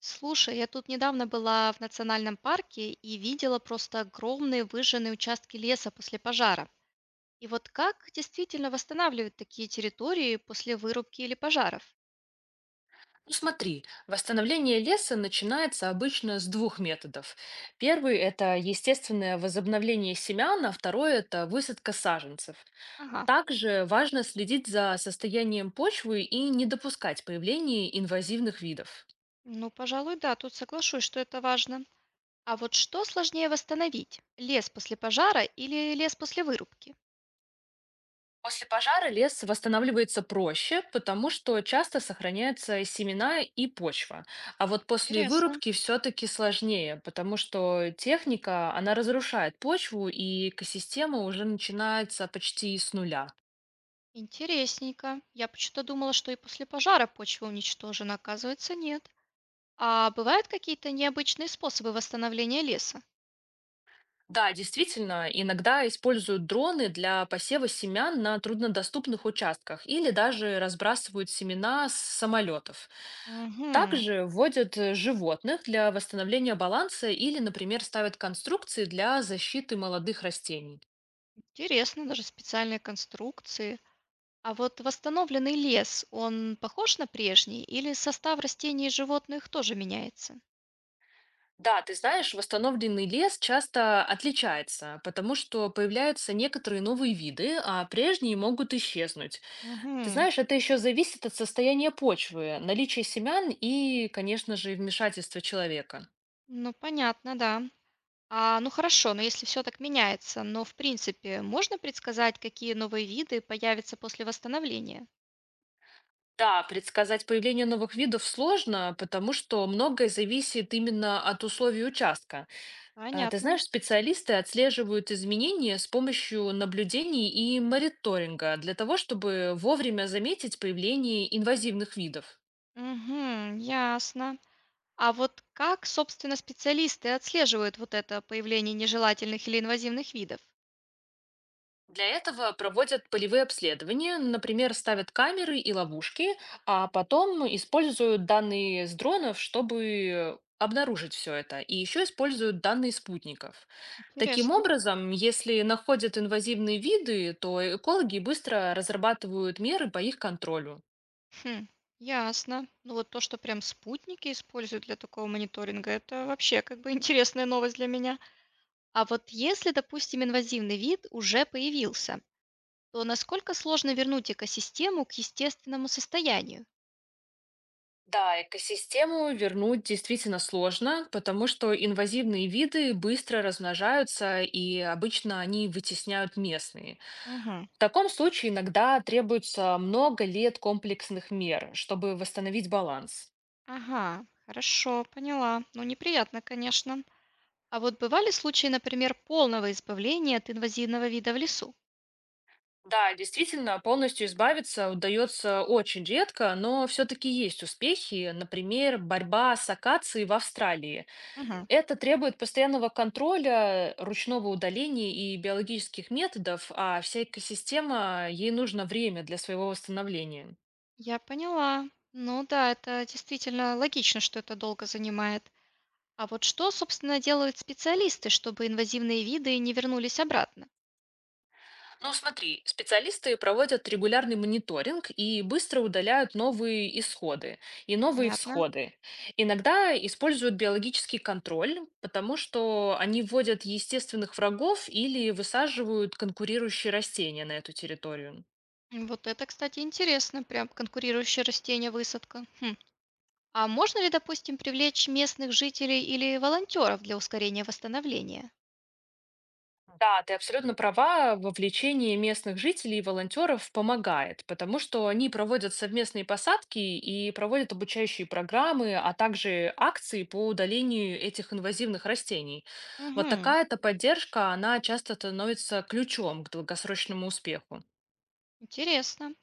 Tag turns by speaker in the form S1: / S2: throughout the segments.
S1: Слушай, я тут недавно была в национальном парке и видела просто огромные выжженные участки леса после пожара. И вот как действительно восстанавливают такие территории после вырубки или пожаров?
S2: Ну смотри, восстановление леса начинается обычно с двух методов. Первый– это естественное возобновление семян, а второй– это высадка саженцев.
S1: Ага,
S2: Также важно следить за состоянием почвы и не допускать появления инвазивных видов.
S1: ну, пожалуй, да, тут соглашусь, что это важно. А вот что сложнее восстановить? Лес после пожара или лес после вырубки?
S2: После пожара лес восстанавливается проще, потому что часто сохраняются семена и почва. А вот после
S1: Интересно.
S2: вырубки все-таки сложнее, потому что техника, она разрушает почву, и экосистема уже начинается почти с нуля.
S1: Интересненько. Я почему-то думала, что и после пожара почва уничтожена, оказывается, нет. А бывают какие-то необычные способы восстановления леса?
S2: Да, действительно, иногда используют дроны для посева семян на труднодоступных участках или даже разбрасывают семена с самолетов.
S1: Мгм.
S2: Также вводят животных для восстановления баланса или, например, ставят конструкции для защиты молодых растений.
S1: Интересно, даже специальные конструкции. А вот восстановленный лес, он похож на прежний или состав растений и животных тоже меняется?
S2: Да, ты знаешь, восстановленный лес часто отличается, потому что появляются некоторые новые виды, а прежние могут исчезнуть. Ты
S1: Мгм.
S2: знаешь, это еще зависит от состояния почвы, наличия семян и, конечно же, вмешательства человека.
S1: Ну, понятно, да. А, ну хорошо, но если все так меняется, но в принципе можно предсказать, какие новые виды появятся после восстановления?
S2: Да, предсказать появление новых видов сложно, потому что многое зависит именно от условий участка. Ты
S1: Понятно.
S2: знаешь, специалисты отслеживают изменения с помощью наблюдений и мониторинга для того, чтобы вовремя заметить появление инвазивных видов.
S1: Угу, ясно. А вот как, собственно, специалисты отслеживают вот это появление нежелательных или инвазивных видов?
S2: Для этого проводят полевые обследования, например, ставят камеры и ловушки, а потом используют данные с дронов, чтобы обнаружить все это, и еще используют данные спутников. Таким
S1: Интересно.
S2: образом, если находят инвазивные виды, то экологи быстро разрабатывают меры по их контролю.
S1: Хм, ясно. Ну вот то, что прям спутники используют для такого мониторинга, это вообще как бы интересная новость для меня. А вот если, допустим, инвазивный вид уже появился, то насколько сложно вернуть экосистему к естественному состоянию?
S2: Да, экосистему вернуть действительно сложно, потому что инвазивные виды быстро размножаются, и обычно они вытесняют местные.
S1: Мгм.
S2: В таком случае иногда требуется много лет комплексных мер, чтобы восстановить баланс.
S1: Ага, хорошо, поняла. Ну, неприятно, конечно. А вот бывали случаи, например, полного избавления от инвазивного вида в лесу?
S2: Да, действительно, полностью избавиться удается очень редко, но все-таки есть успехи. Например, борьба с акацией в Австралии.
S1: Мгм.
S2: Это требует постоянного контроля, ручного удаления и биологических методов, а вся экосистема, ей нужно время для своего восстановления.
S1: Я поняла. Ну да, это действительно логично, что это долго занимает. А вот что, собственно, делают специалисты, чтобы инвазивные виды не вернулись обратно?
S2: Ну, смотри, специалисты проводят регулярный мониторинг и быстро удаляют новые исходы и новые
S1: Понятно.
S2: всходы. Иногда используют биологический контроль, потому что они вводят естественных врагов или высаживают конкурирующие растения на эту территорию.
S1: М, вот это, кстати, интересно, прям конкурирующее растение высадка. Хм. А можно ли, допустим, привлечь местных жителей или волонтеров для ускорения восстановления?
S2: Да, ты абсолютно права, вовлечение местных жителей и волонтеров помогает, потому что они проводят совместные посадки и проводят обучающие программы, а также акции по удалению этих инвазивных растений. Вот
S1: Мгм.
S2: такая-то поддержка, она часто становится ключом к долгосрочному успеху.
S1: Интересно.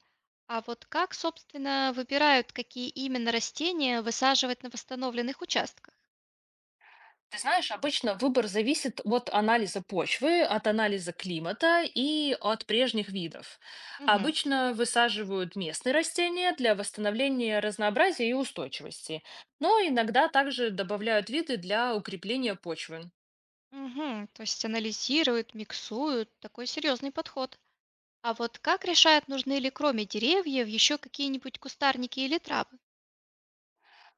S1: А вот как, собственно, выбирают, какие именно растения высаживать на восстановленных участках?
S2: Ты знаешь, обычно выбор зависит от анализа почвы, от анализа климата и от прежних видов.
S1: Мгм.
S2: Обычно высаживают местные растения для восстановления разнообразия и устойчивости, но иногда также добавляют виды для укрепления почвы.
S1: Мгм. То есть анализируют, миксуют. Такой серьезный подход. А вот как решают, нужны ли кроме деревьев еще какие-нибудь кустарники или травы?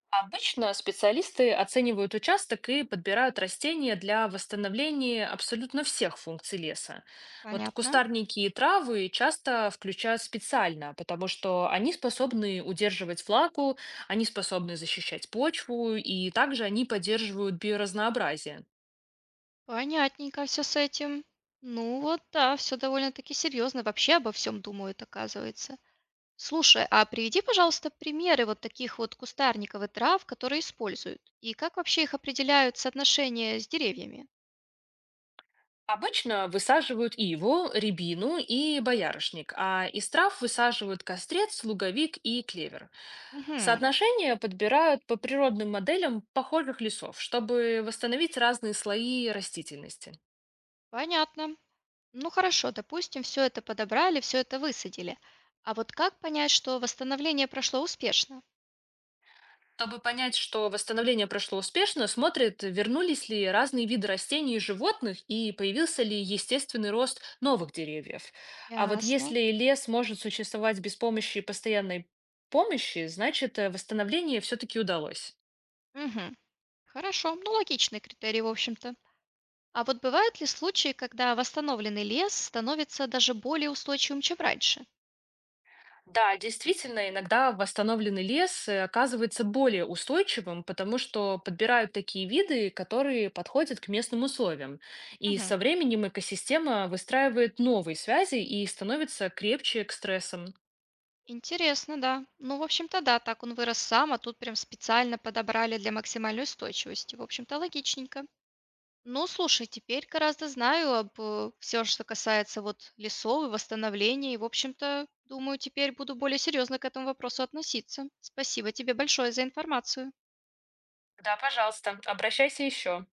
S2: Обычно специалисты оценивают участок и подбирают растения для восстановления абсолютно всех функций леса. Вот
S1: Понятно.
S2: кустарники и травы часто включают специально, потому что они способны удерживать влагу, они способны защищать почву и также они поддерживают биоразнообразие.
S1: Понятненько все с этим. Ну вот, да, все довольно-таки серьезно. Вообще обо всем думают, оказывается. Слушай, а приведи, пожалуйста, примеры вот таких вот кустарников и трав, которые используют. И как вообще их определяют соотношение с деревьями?
S2: Обычно высаживают иву, рябину и боярышник, а из трав высаживают кострец, луговик и клевер.
S1: Угу,
S2: Соотношения подбирают по природным моделям похожих лесов, чтобы восстановить разные слои растительности.
S1: понятно. Ну хорошо, допустим, все это подобрали, все это высадили. А вот как понять, что восстановление прошло успешно?
S2: Чтобы понять, что восстановление прошло успешно, смотрят, вернулись ли разные виды растений и животных и появился ли естественный рост новых деревьев. А вот
S1: Ясно.
S2: если лес может существовать без помощи постоянной помощи, значит восстановление все-таки удалось.
S1: Мгм. Хорошо, ну логичный критерий, в общем-то. А вот бывают ли случаи, когда восстановленный лес становится даже более устойчивым, чем раньше?
S2: Да, действительно, иногда восстановленный лес оказывается более устойчивым, потому что подбирают такие виды, которые подходят к местным условиям. И
S1: Мгм.
S2: со временем экосистема выстраивает новые связи и становится крепче к стрессам.
S1: Интересно, да. Ну, в общем-то, да, так он вырос сам, а тут прям специально подобрали для максимальной устойчивости. В общем-то, логичненько. Ну, слушай, теперь гораздо знаю об все, что касается вот лесов и восстановления. И, в общем-то, думаю, теперь буду более серьезно к этому вопросу относиться. Спасибо тебе большое за информацию.
S2: Да, пожалуйста, обращайся еще.